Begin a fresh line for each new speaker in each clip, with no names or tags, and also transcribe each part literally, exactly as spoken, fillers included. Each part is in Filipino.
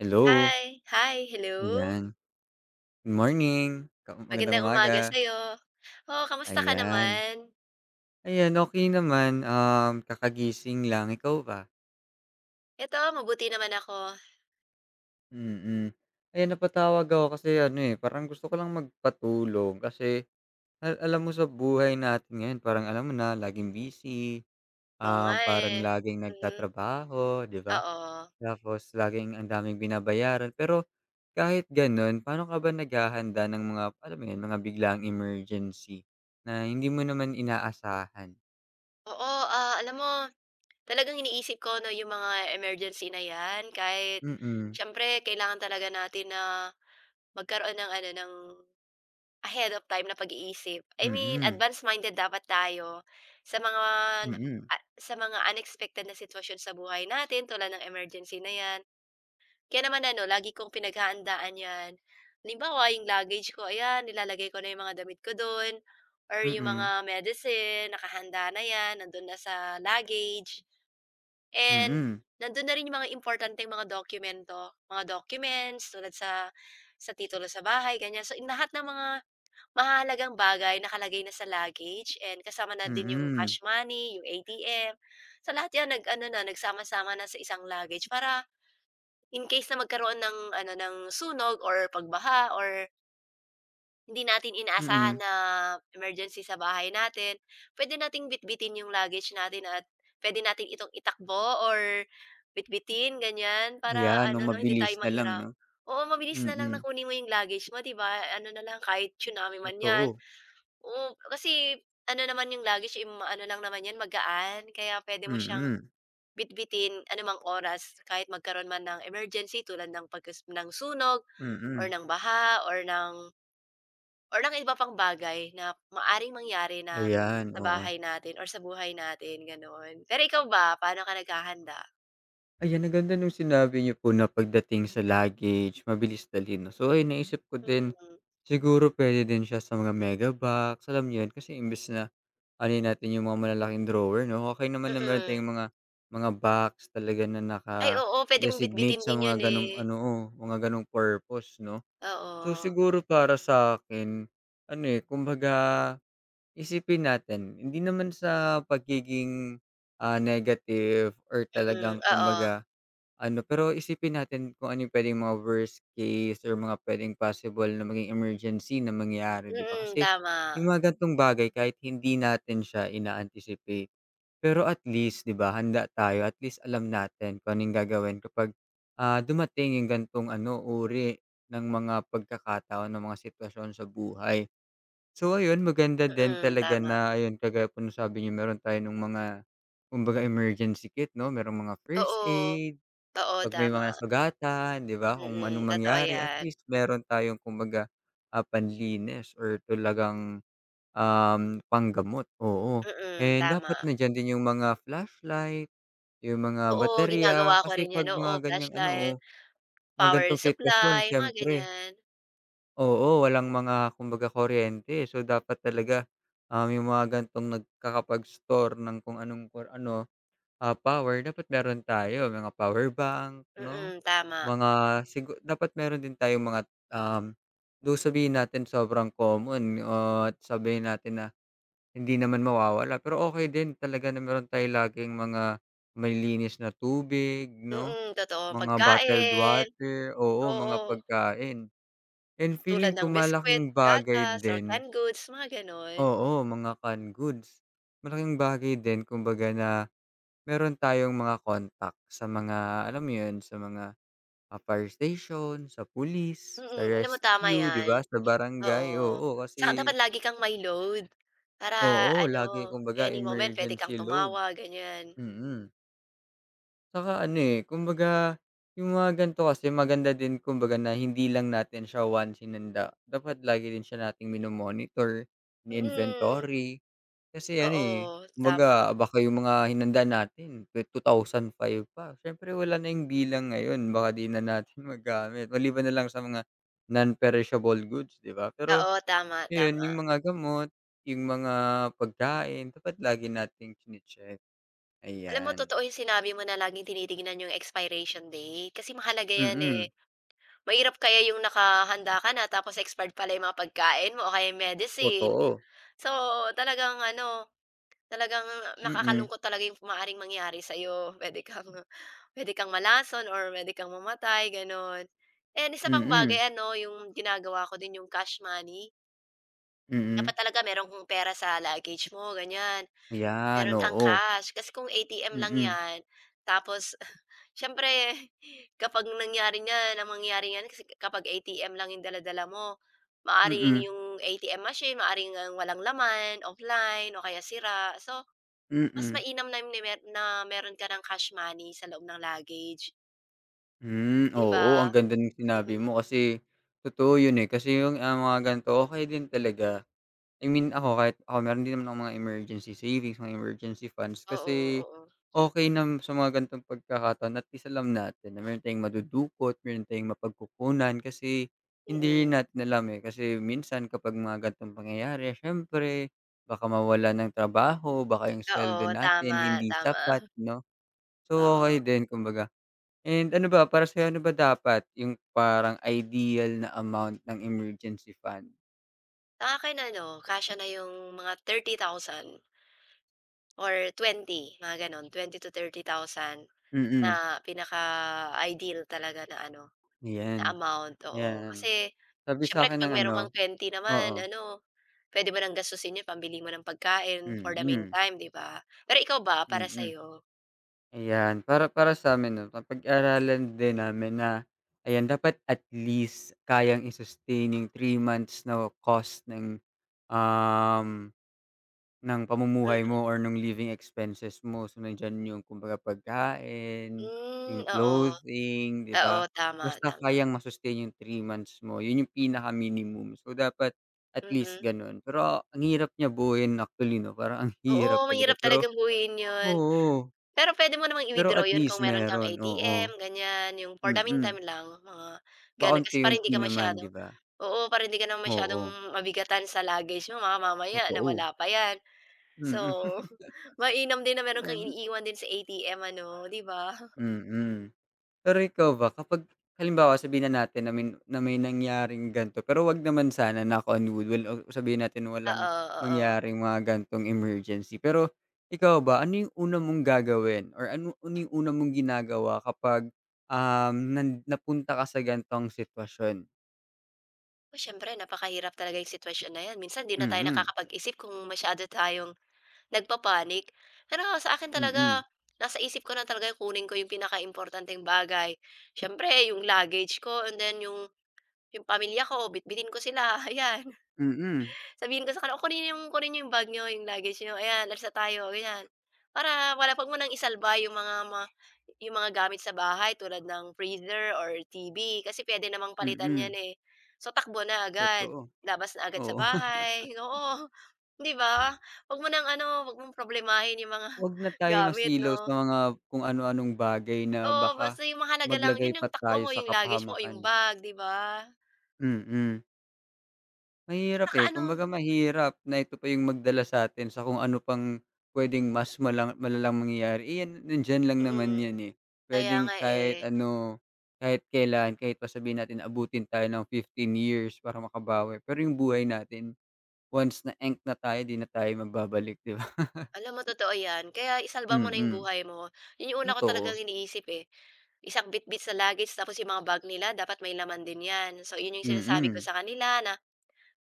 Hello,
Hi. Hi, hello.
ayan. Good morning, ka magandang
Magandang umaga
umaga,
sa'yo. Oh, kamusta ka
ayan.
naman?
Ayan, okey naman, um, kakagising lang, ikaw ba?
Eto mabuti naman ako.
Mm. Ayan, napatawag ako kasi ano, eh, parang gusto ko lang magpatulong kasi al alam mo sa buhay natin ngayon, parang alam mo na laging busy,
Oo nga,
um, parang
eh.
laging
Mm,
nagtatrabaho, 'di ba?
oo.
Tapos laging ang daming binabayaran pero kahit gano'n, paano ka ba naghahanda ng mga, alam mo 'yun, mga biglaang emergency na hindi mo naman inaasahan?
Oo, ah, alam mo talagang iniisip ko 'no, yung mga emergency na 'yan kahit
Mm,
siyempre kailangan talaga natin na magkaroon ng ano, ng ahead of time na pag-iisip. I mean
mm,
advance-minded dapat tayo sa mga
mm,
a sa mga unexpected na sitwasyon sa buhay natin tulad ng emergency na 'yan. Kaya naman ano, lagi kong pinaghahandaan 'yan. Halimbawa, yung luggage ko, ayan, nilalagay ko na yung mga damit ko do'n or yung mga
mm,
medicine, nakahanda na 'yan, nandun na sa luggage. And
mm,
nandun na rin yung mga importanteng mga dokumento, mga documents tulad sa sa titulo sa bahay, ganyan. So, in lahat ng mga mahalagang bagay nakalagay na sa luggage and kasama na din yung cash
mm,
money, yung A T M. Sa lahat 'yan nag-ano na, nagsama-sama na sa isang luggage para in case na magkaroon ng ano, ng sunog or pagbaha or hindi natin inaasahan
mm.
na emergency sa bahay natin, pwede nating bitbitin yung luggage natin at pwede natin itong itakbo or bitbitin ganyan para
Ayan, o
ano 'no, hindi
mabilis
tayo
na lang
mahirap.
'no?
Oo, mabilis na lang na
Mm,
kunin mo yung luggage mo, 'di ba? Ano na lang kahit tsunami man 'yan,
totoo.
oo, kasi ano naman yung luggage, eh, maano lang naman 'yan, magaan. Kaya pwede mo siyang
Mm,
bitbitin anumang oras kahit magkaroon man ng emergency tulad ng pagkas ng sunog or
mm.
ng baha or ng or ng iba pang bagay na maaring mangyari na
Ayan,
sa
oo.
bahay natin or sa buhay natin, gano'n. Pero ikaw ba, paano ka naghahanda?
Ayan, ang ganda nung sinabi niyo po na pagdating sa luggage, mabilis dalhin 'no. So, ay, naisip ko din,
Mm,
siguro puwede din siya sa mga mega box, alam niyo 'yun, kasi imbes na anuhin natin yung mga malalaking drawer 'no, okay naman na meron
mm.
tayong mga mga box talaga na
Ay, oo, pwede mong
naka-designate
bitbitin
sa
din
mga
'yun, eh.
gano'ng ano, oo, mga gano'ng purpose 'no. So,
Oo,
siguro para sa akin, ano, eh, kumbaga isipin natin, hindi naman sa pagiging, ah, negative or
mm,
talagang
oo.
kumbaga ano, pero isipin natin kung ano yung puwedeng mga worst case or mga puwedeng possible na maging emergency na mangyari, 'di ba?
Mm,
Kasi
tama.
yung mga gantong bagay kahit hindi natin siya ina-anticipate, pero at least, 'di ba, handa tayo, at least alam natin kung ano yung gagawin kapag, ah, dumating yung gantong ano, uri ng mga pagkakataon, ng mga sitwasyon sa buhay. So ayun, maganda din
Mm,
talaga
tama.
na ayun, kagaya po nung sabi niyo meron tayo nung mga kumbaga emergency kit 'no, merong mga first
Oo.
aid.
Oo,
'Pag may
tama.
mga nasugatan, 'di ba, kung
Mm,
anong
totoo
mangyari, at
'yan.
least meron tayong kumbaga, ah, panlinis or talagang, um, panggamot, oo.
Mm,
And dapat
tama.
nandiyan din yung mga flashlight, yung mga
Oo,
baterya,
ginagawa ko
kasi
rin 'yan,
'pag
oo,
mga ganyang ano, oh,
flashlight,
mga
power
ganitong sitwasyon
supply, mga
siyempre,
ganyan.
oo, walang mga kumbaga kuryente. So, dapat talaga, um, yung mga ganitong nagkakapag-store ng kung anong kung ano, ah, power dapat meron tayo, mga power bank, 'no?
Mm, tama.
Mga sigu dapat meron din tayong mga, um, though sabihin natin sobrang common, o at sabihin natin na hindi naman mawawala, pero okay din talaga na meron tayong laging mga malinis na tubig 'no,
Mm, totoo.
mga bottled
Pagkain,
water, oo, mga
oo,
pagkain. And feeling
tulad
ko
ng biscuit,
malaking bagay
gatas or
din,
canned goods, mga gano'n.
oo, mga canned goods. Malaking bagay din kumbaga na meron tayong mga contact sa mga, alam mo 'yun, sa mga, sa fire station, sa police, sa
Mm, alam mo tama
rescue, 'di
'yan,
ba, sa barangay,
oo.
oo.
Saka
Kasi
dapat lagi kang may load para
oo,
ano,
lagi kumbaga
any moment puwede
emergency
kang
load,
tumawa, ganyan.
mm. Tsaka ano, eh, kumbaga yung mga ganito kasi maganda din kumbaga na hindi lang natin siya once hinanda, dapat lagi din siya nating mino-monitor,
Mm,
ini-inventory. Kasi ano, eh,
oo, tama.
kumbaga baka yung mga hinanda natin twe two thousand five pa, siyempre wala na yung bilang ngayon, baka di na natin magamit maliban na lang sa mga non-perishable goods, 'di ba? Pero
Oo, tama,
yun
tama.
yung mga gamot, yung mga pagkain dapat lagi nating chine-check,
Alam mo
ayan.
totoo yung sinabi mo na laging tinitignan yung expiration date, kasi mahalaga
Mm,
yan, eh.
mm,
Mahirap kaya yung nakahanda ka na tapos expired pala yung mga pagkain mo o kaya yung medicine.
totoo.
So, talagang ano, talagang
Mm,
nakakalungkot talaga yung maaaring mangyari sa'yo. Puwede kang puwede kang malason or puwede kang mamatay, gano'n. And isa
mm,
pang bagay
mm,
ano, yung ginagawa ko din yung cash money.
mm
Dapat talaga meron kang pera sa luggage mo, ganyan.
ayan,
Meron kang
oo.
cash kasi kung A T M lang
Mm,
yan, tapos siyempre kapag nangyari niyan ang mangyayari niyan kasi kapag A T M lang yung dala-dala mo, maaring
mm,
yung A T M machine, maaring ang walang laman, offline o kaya sira. So, mas
mm.
mainam na yung mer na meron ka ng cash money sa loob ng luggage,
Hmm,
'di
oo,
ba?
ang ganda ng sinabi mo
Mm.
kasi totoo yun, eh, kasi yung, ah, mga ganito okay din talaga. I mean, ako kahit ako meron din naman akong mga emergency savings, mga emergency funds,
Oo,
kasi
oo.
okay na sa mga ganitong pagkakataon at least alam natin na meron tayong madudukot, meron tayong mapagkukunan kasi hindi
Mm.
rin natin alam, eh, kasi minsan kapag mga ganitong pangyayari siyempre baka mawalan ng trabaho, baka yung sweldo
Oo,
natin
tama,
hindi
tama.
sapat 'no. So,
Oo.
okay din kumbaga. And ano ba, para sa'yo, ano ba dapat yung parang ideal na amount ng emergency fund?
Sa akin ano, kasya na yung mga thirty thousand or twenty, mga gano'n, twenty to thirty thousand. Na
Mm,
pinaka-ideal talaga na ano, na
yan,
amount, oo.
yan.
Kasi
Sabi
siyempre
sa'kin ng
kapag meron
ano,
kang twenty naman
oo,
ano, puwede mo ng gastusin 'yun pambili mo ng pagkain for the
mm,
meantime, 'di ba? Pero ikaw ba, para
mm.
sa'yo?
Ayan, para para sa'min 'no, napag-aralan din namin na ayan, dapat at least kayang i-sustain yung three months na cost ng, um ng pamumuhay
Mhm.
mo or nung living expenses mo. So, nandiyan yung kumbaga pagkain,
Hmm,
yung
oo.
clothing, 'di
Oo,
ba?
tama,
Basta
tama.
kayang ma-sustain yung three months mo, yun yung pinaka-minimum. So, dapat at
Mhm.
least gano'n. Pero ang hirap niya buuin actually 'no, parang ang hirap
Oo,
talaga.
mahirap
Pero
talagang buuin 'yun.
oo,
Pero pwede mo namang
pero
i-withdraw
at
'yun
least
kung meron kang
meron, oo.
A T M ganyan yung for the
Mm,
meantime lang, mga gano'n. Kasi para hindi
paunti-unti
ka
naman, 'di
masyado,
ba?
oo, para hindi ka naman
Oo,
masyadong mabigatan sa luggage mo baka mamaya
totoo.
nawala pa 'yan. So,
Mm.
mainam din na meron kang
Nan
iniiwan din sa A T M ano, 'di ba?
mm. Pero ikaw ba kapag halimbawa sabihin na natin na min na may nangyaring gan'to, pero 'wag naman sana, knock on wood, wal o sabihin natin walang
Oo, oo.
mangyaring mga gan'tong emergency. Pero ikaw ba, ano yung una mong gagawin or ano ano yung una mong ginagawa kapag, um, nan napunta ka sa gan'tong sitwasyon?
Oh, siyempre napakahirap talaga yung sitwasyon na 'yan. Minsan 'di na tayo
Mm,
nakakapag-isip kung masyado tayong nagpapanik, panic. Pero sa akin
mm,
talaga, nasa isip ko na talaga yung kunin ko yung pinakaimportanteng bagay. Siyempre yung luggage ko and then yung yung pamilya ko, bitbitin ko sila, ayan.
mm,
Sabihin ko sa kanya, "O kunin niyo yung kunin niyo yung bag niyo, yung luggage niyo, ayan alis na tayo," ganyan. Para wala wag mo nang isalba yung mga ma yung mga gamit sa bahay tulad ng freezer or T V kasi puwede namang palitan yan,
mm,
eh. So, takbo na agad,
totoo,
labas na agad sa
oo.
bahay, oo, 'di ba? Wag mo ng ano, wag mong problemahin yung mga
'Wag na tayo
gamit
masilaw sa
'no.
mga kung ano-anong bagay na
Oo,
baka
basta yung mahalaga lang
maglagay
yun
pa
yung takbo
tayo
mo,
sa
yung luggage mo o
kapahamakan.
yung bag, 'di ba?
Mm.
At
Mahirap,
saka
eh,
ano,
kumbaga mahirap na ito pa yung magdala sa sa'tin sa kung ano pang puwedeng mas mala malalang mangyayari. Eh, yan nandiyan lang naman
mm,
yan, eh.
kaya
Puwedeng
nga,
kahit
eh.
ano, kahit kailan, kahit pa sabihin natin abutin tayo ng fifteen years para makabawi, pero yung buhay natin once na-enk na tayo, 'di na tayo mababalik, 'di ba?
Alam mo totoo 'yan, kaya isalba mo na 'yung
Mm,
buhay mo. 'Yun 'yung una ko talagang
totoo.
iniisip, eh. Isang bitbit sa luggage tapos 'yung mga bag nila dapat may laman din 'yan. So 'yun 'yung sinasabi ko
Mm.
sa kanila na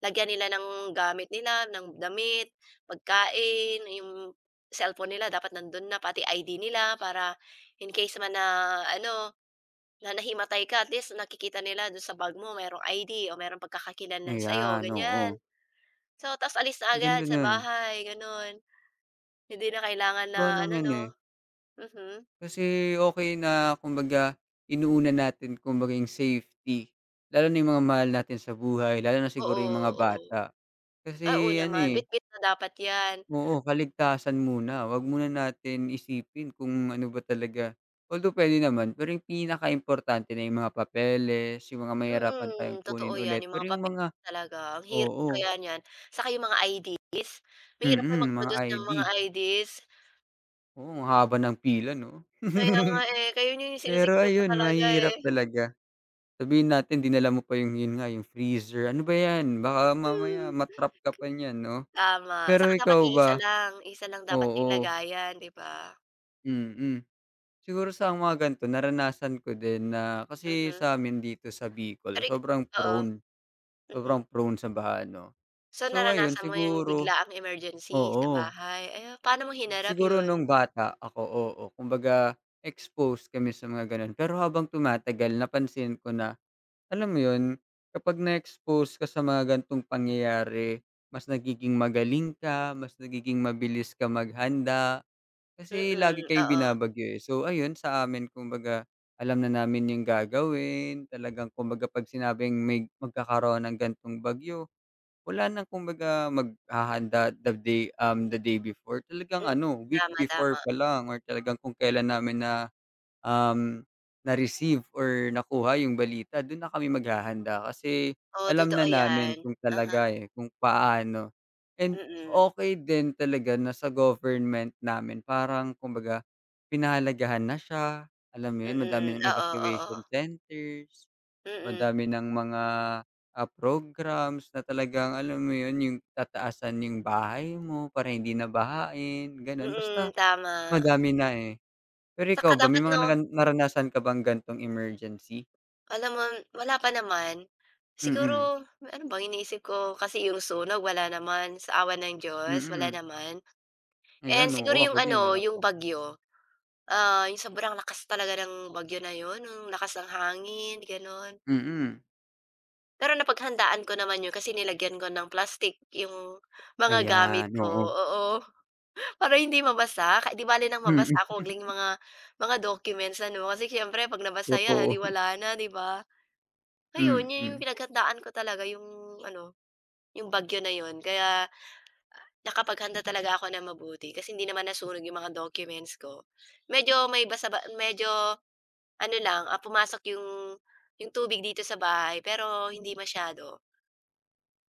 lagyan nila ng gamit nila, ng damit, pagkain, 'yung cellphone nila dapat nandun na, pati I D nila para in case man na ano, na nahimatay ka at least nakikita nila dun sa bag mo merong I D o merong pagkakakilanlan sa'yo,
Ayan, oo.
ganiyan. So, tapos alis na agad
Ganda
sa
nun.
bahay, gano'n. Hindi na kailangan na
Ikaw
ano
naman,
'no,
eh?
mhm,
Kasi okay na kumbaga inuuna natin kumbaga yung safety, lalo na yung mga mahal natin sa buhay, lalo na siguro yung mga
oo, oo.
bata.
Ah, oo
Kasi ano,
naman
eh,
bitbit na dapat 'yan.
oo, kaligtasan muna, 'wag muna natin isipin kung ano ba talaga, although puwede naman, pero yung pinakaimportante na yung mga papeles, yung mga mahihirapan tayong
Mm,
kunin
totoo 'yan,
ulit,
yung
pero
mga
yung
papel
mga,
talaga ang hirap
oo,
kaya niyan. Saka yung mga I Ds, mahirap kaya
mm, mga
mag-produce ng
I D.
mga I Ds.
Oo, ang haba ng pila 'no?
Kaya nga, eh, kaya yun yung
Pero
sini-secure ko
ayun,
talaga, eh.
mahirap talaga. Sabihin natin dinala mo pa yung yun nga, yung freezer, ano ba yan, baka mamaya
Hmm,
matrap trap ka pa niyan 'no?
tama.
Pero
Saka dapat
ikaw ba,
iisa lang, iisa lang dapat yung
oo,
lagayan, 'di ba?
mm. Siguro sa mga gan'to naranasan ko din na kasi
Mhm,
sa sa'min dito sa Bicol
pero ik
sobrang
oo,
prone,
mhm.
sobrang prone sa baha 'no.
So,
So ayun
naranasan mo yung
siguro,
biglaang emergency sa
oo,
bahay, eh, paano mo hinarap
siguro
yun?
nung bata ako, oo, kumbaga exposed kami sa mga gano'n. Pero habang tumatagal napansin ko na, alam mo 'yun, kapag na-expose ka sa mga ganitong pangyayari, mas nagiging magaling ka, mas nagiging mabilis ka maghanda, kasi lagi
Mm,
kayong
oo.
binabagyo, eh. So ayun, sa amin kumbaga alam na namin 'yung gagawin, talagang kumbaga 'pag sinabing may magkakaroon ng ganitong bagyo, wala ng kumbaga maghahanda the day, um, the day before, talagang
Mm,
ano, week
tama,
before
tama.
pa lang or talagang kung kailan namin na um, na-receive or nakuha yung balita dun na kami maghahanda, kasi
Oo,
alam
totoo
na namin
'yan.
kung
Uh-huh,
talaga, eh, kung paano. And
mm.
okay din talaga na sa government namin parang kumbaga pinahalagahan na siya, alam mo yun, madami
Mm,
ng
oo, oo.
evacuation centers,
Mm,
madami ng mga, ah, programs na talagang alam mo yun, yung tataasan yung bahay mo para hindi na bahain, ganun. Basta
mm, tama.
madami na, eh. Pero ikaw
Tsaka
ba, may
dapat
mga
'no,
naran naranasan ka bang gantong emergency?
alam mo wala pa naman, siguro
Mm,
ano ba iniisip ko kasi yung sunog wala naman, sa awa ng Diyos wala
mm.
naman. And
Ayan, oo,
siguro
ako
yung
din
ano,
wala pa.
yung bagyo, ah, yung sobrang lakas talaga ng bagyo na yun, yung lakas ng hangin, gano'n.
Mm.
Pero napaghandaan ko naman yun kasi nilagyan ko ng plastic yung mga gamit
Ayan,
ko,
oo.
oo. Para hindi mabasa, ka 'di bale nang
Mm,
mabasa kogling mga mga documents ano, kasi siyempre 'pag nabasa yan, eh,
totoo.
di wala na, 'di ba? Ayun, yun yung
Mm,
pinaghandaan ko talaga yung ano, yung bagyo na yun kaya nakapaghanda talaga ako nang mabuti kasi hindi naman nasunog yung mga documents ko. Medyo may basa ba medyo ano lang, ah, pumasok yung yung tubig dito sa bahay pero hindi masyado,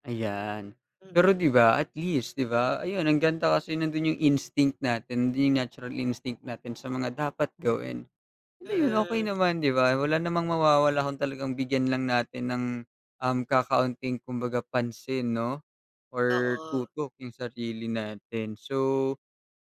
ayan. Pero
mm.
'di ba at least, 'di ba, ayun ang ganda kasi nandun yung instinct natin, nandun yung natural instinct natin sa mga dapat gawin. Ano yun, okey
Mm,
naman, 'di ba? Wala namang mawawala kung talagang bigyan lang natin ng, um, kakaunting kumbaga pansin 'no, or
oo.
tutok yung sarili natin. So,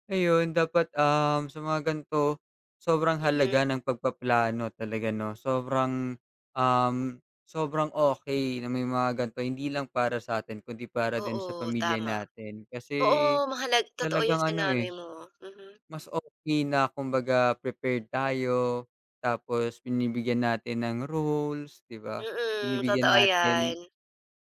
ayun dapat, um, sa mga ganito, sobrang
Mhm,
halaga ng pagpaplano talaga 'no. Sobrang, um, sobrang okay na may mga ganito hindi lang para sa atin, kundi para din sa
oo,
pamilya
tama.
natin. Kasi
Oo, mahalag totoo
talagang
yung
ano,
sinabi
eh,
mo, mhm.
mas okay na kumbaga prepared tayo, tapos binibigyan natin ng rules, 'di ba?
Mm,
Binibigyan
totoo
natin
yan,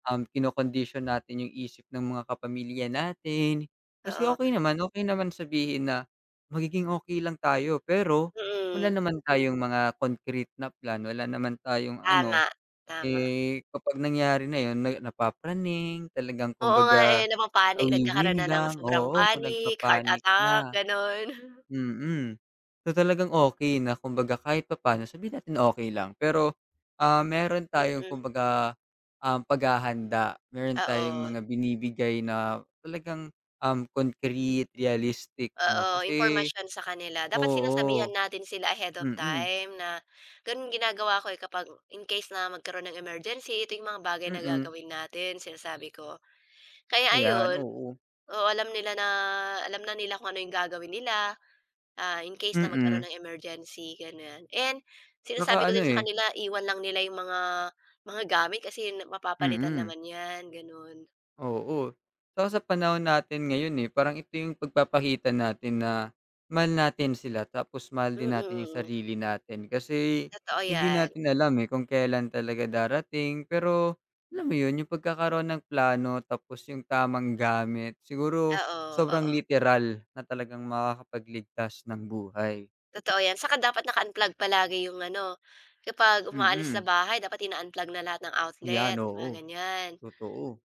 Um, kinokondisyon natin yung isip ng mga kapamilya natin. Kasi
oo,
okay naman, okay naman sabihin na magiging okay lang tayo, pero wala
mm.
naman tayong mga concrete na plan, wala naman tayong ano,
Tama, tama.
eh, kapag nangyari na yun na napapraning, talagang
Oo nga eh,
kumbaga
napapanic, nagkakaroon na ng
nawiwindang,
sobrang
oo,
panic, heart
nagpa-panic
attack,
na.
gano'n.
Mm. So, talagang okey na kumbaga kahit papaano sabihin natin okey lang, pero, ah, meron tayong
Mm,
kumbaga, um, paghahanda, meron tayong
oo,
mga binibigay na talagang, um, concrete, realistic 'no,
oo,
kasi
impormasyon sa kanila. Dapat sinasabihan
oo,
natin sila ahead of
mm,
time na gano'n ginagawa ko eh, kapag in case na magkaroon ng emergency, ito yung mga bagay na
mm.
gagawin natin, sinasabi ko. Kaya
Ayan,
ayun,
oo,
oo, alam nila na alam na nila kung ano yung gagawin nila, ah, in case na magkaroon
mm.
ng emergency, ganyan. And
Tsaka
sinasabi ko
ano,
din sa
eh,
kanila iwan lang nila yung mga mga gamit kasi na mapapalitan
mm.
naman 'yan, gano'n.
Oo. Tsaka sa panahon natin ngayon, eh, parang ito yung pagpapakita natin na mahal natin sila, tapos mahal din natin yung
Mm,
sarili natin. Kasi
totoo
hindi
'yan.
natin alam, eh, kung kailan talaga darating. Pero alam mo yun, yung pagkakaroon ng plano tapos yung tamang gamit, siguro
Oo,
sobrang
oo,
literal na talagang makakapagligtas ng buhay.
totoo 'yan. Saka dapat naka-unplug palagi yung ano, kapag umaalis sa
Mm.
bahay dapat ina-unplug na lahat ng
Ayan,
outlet,
oo.
mga ganyan.
Totoo.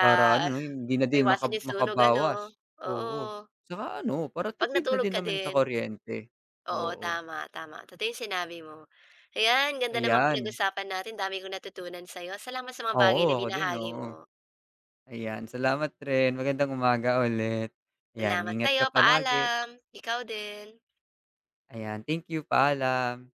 Para ano 'no, hindi na din maka
maiwasan yung sunog ano,
makabawas,
oo.
oo. Saka ano, para
'Pag
tipid na
natulog
din
ka
naman sa
din.
kuryente,
Oo,
oo.
tama, tama. Totoo yung sinabi mo. Ayan, ganda ng mga
Ayan,
pinag-usapan natin, dami kong natutunan sa'yo. Salamat sa mga
oo,
bagay na
ako din,
binahagi
oo.
mo.
Ayan, salamat rin, magandang umaga ulit. Ayan,
Salamat
ingat
sa'yo,
ka palagi.
paalam. Ikaw din.
Ayan, thank you, paalam.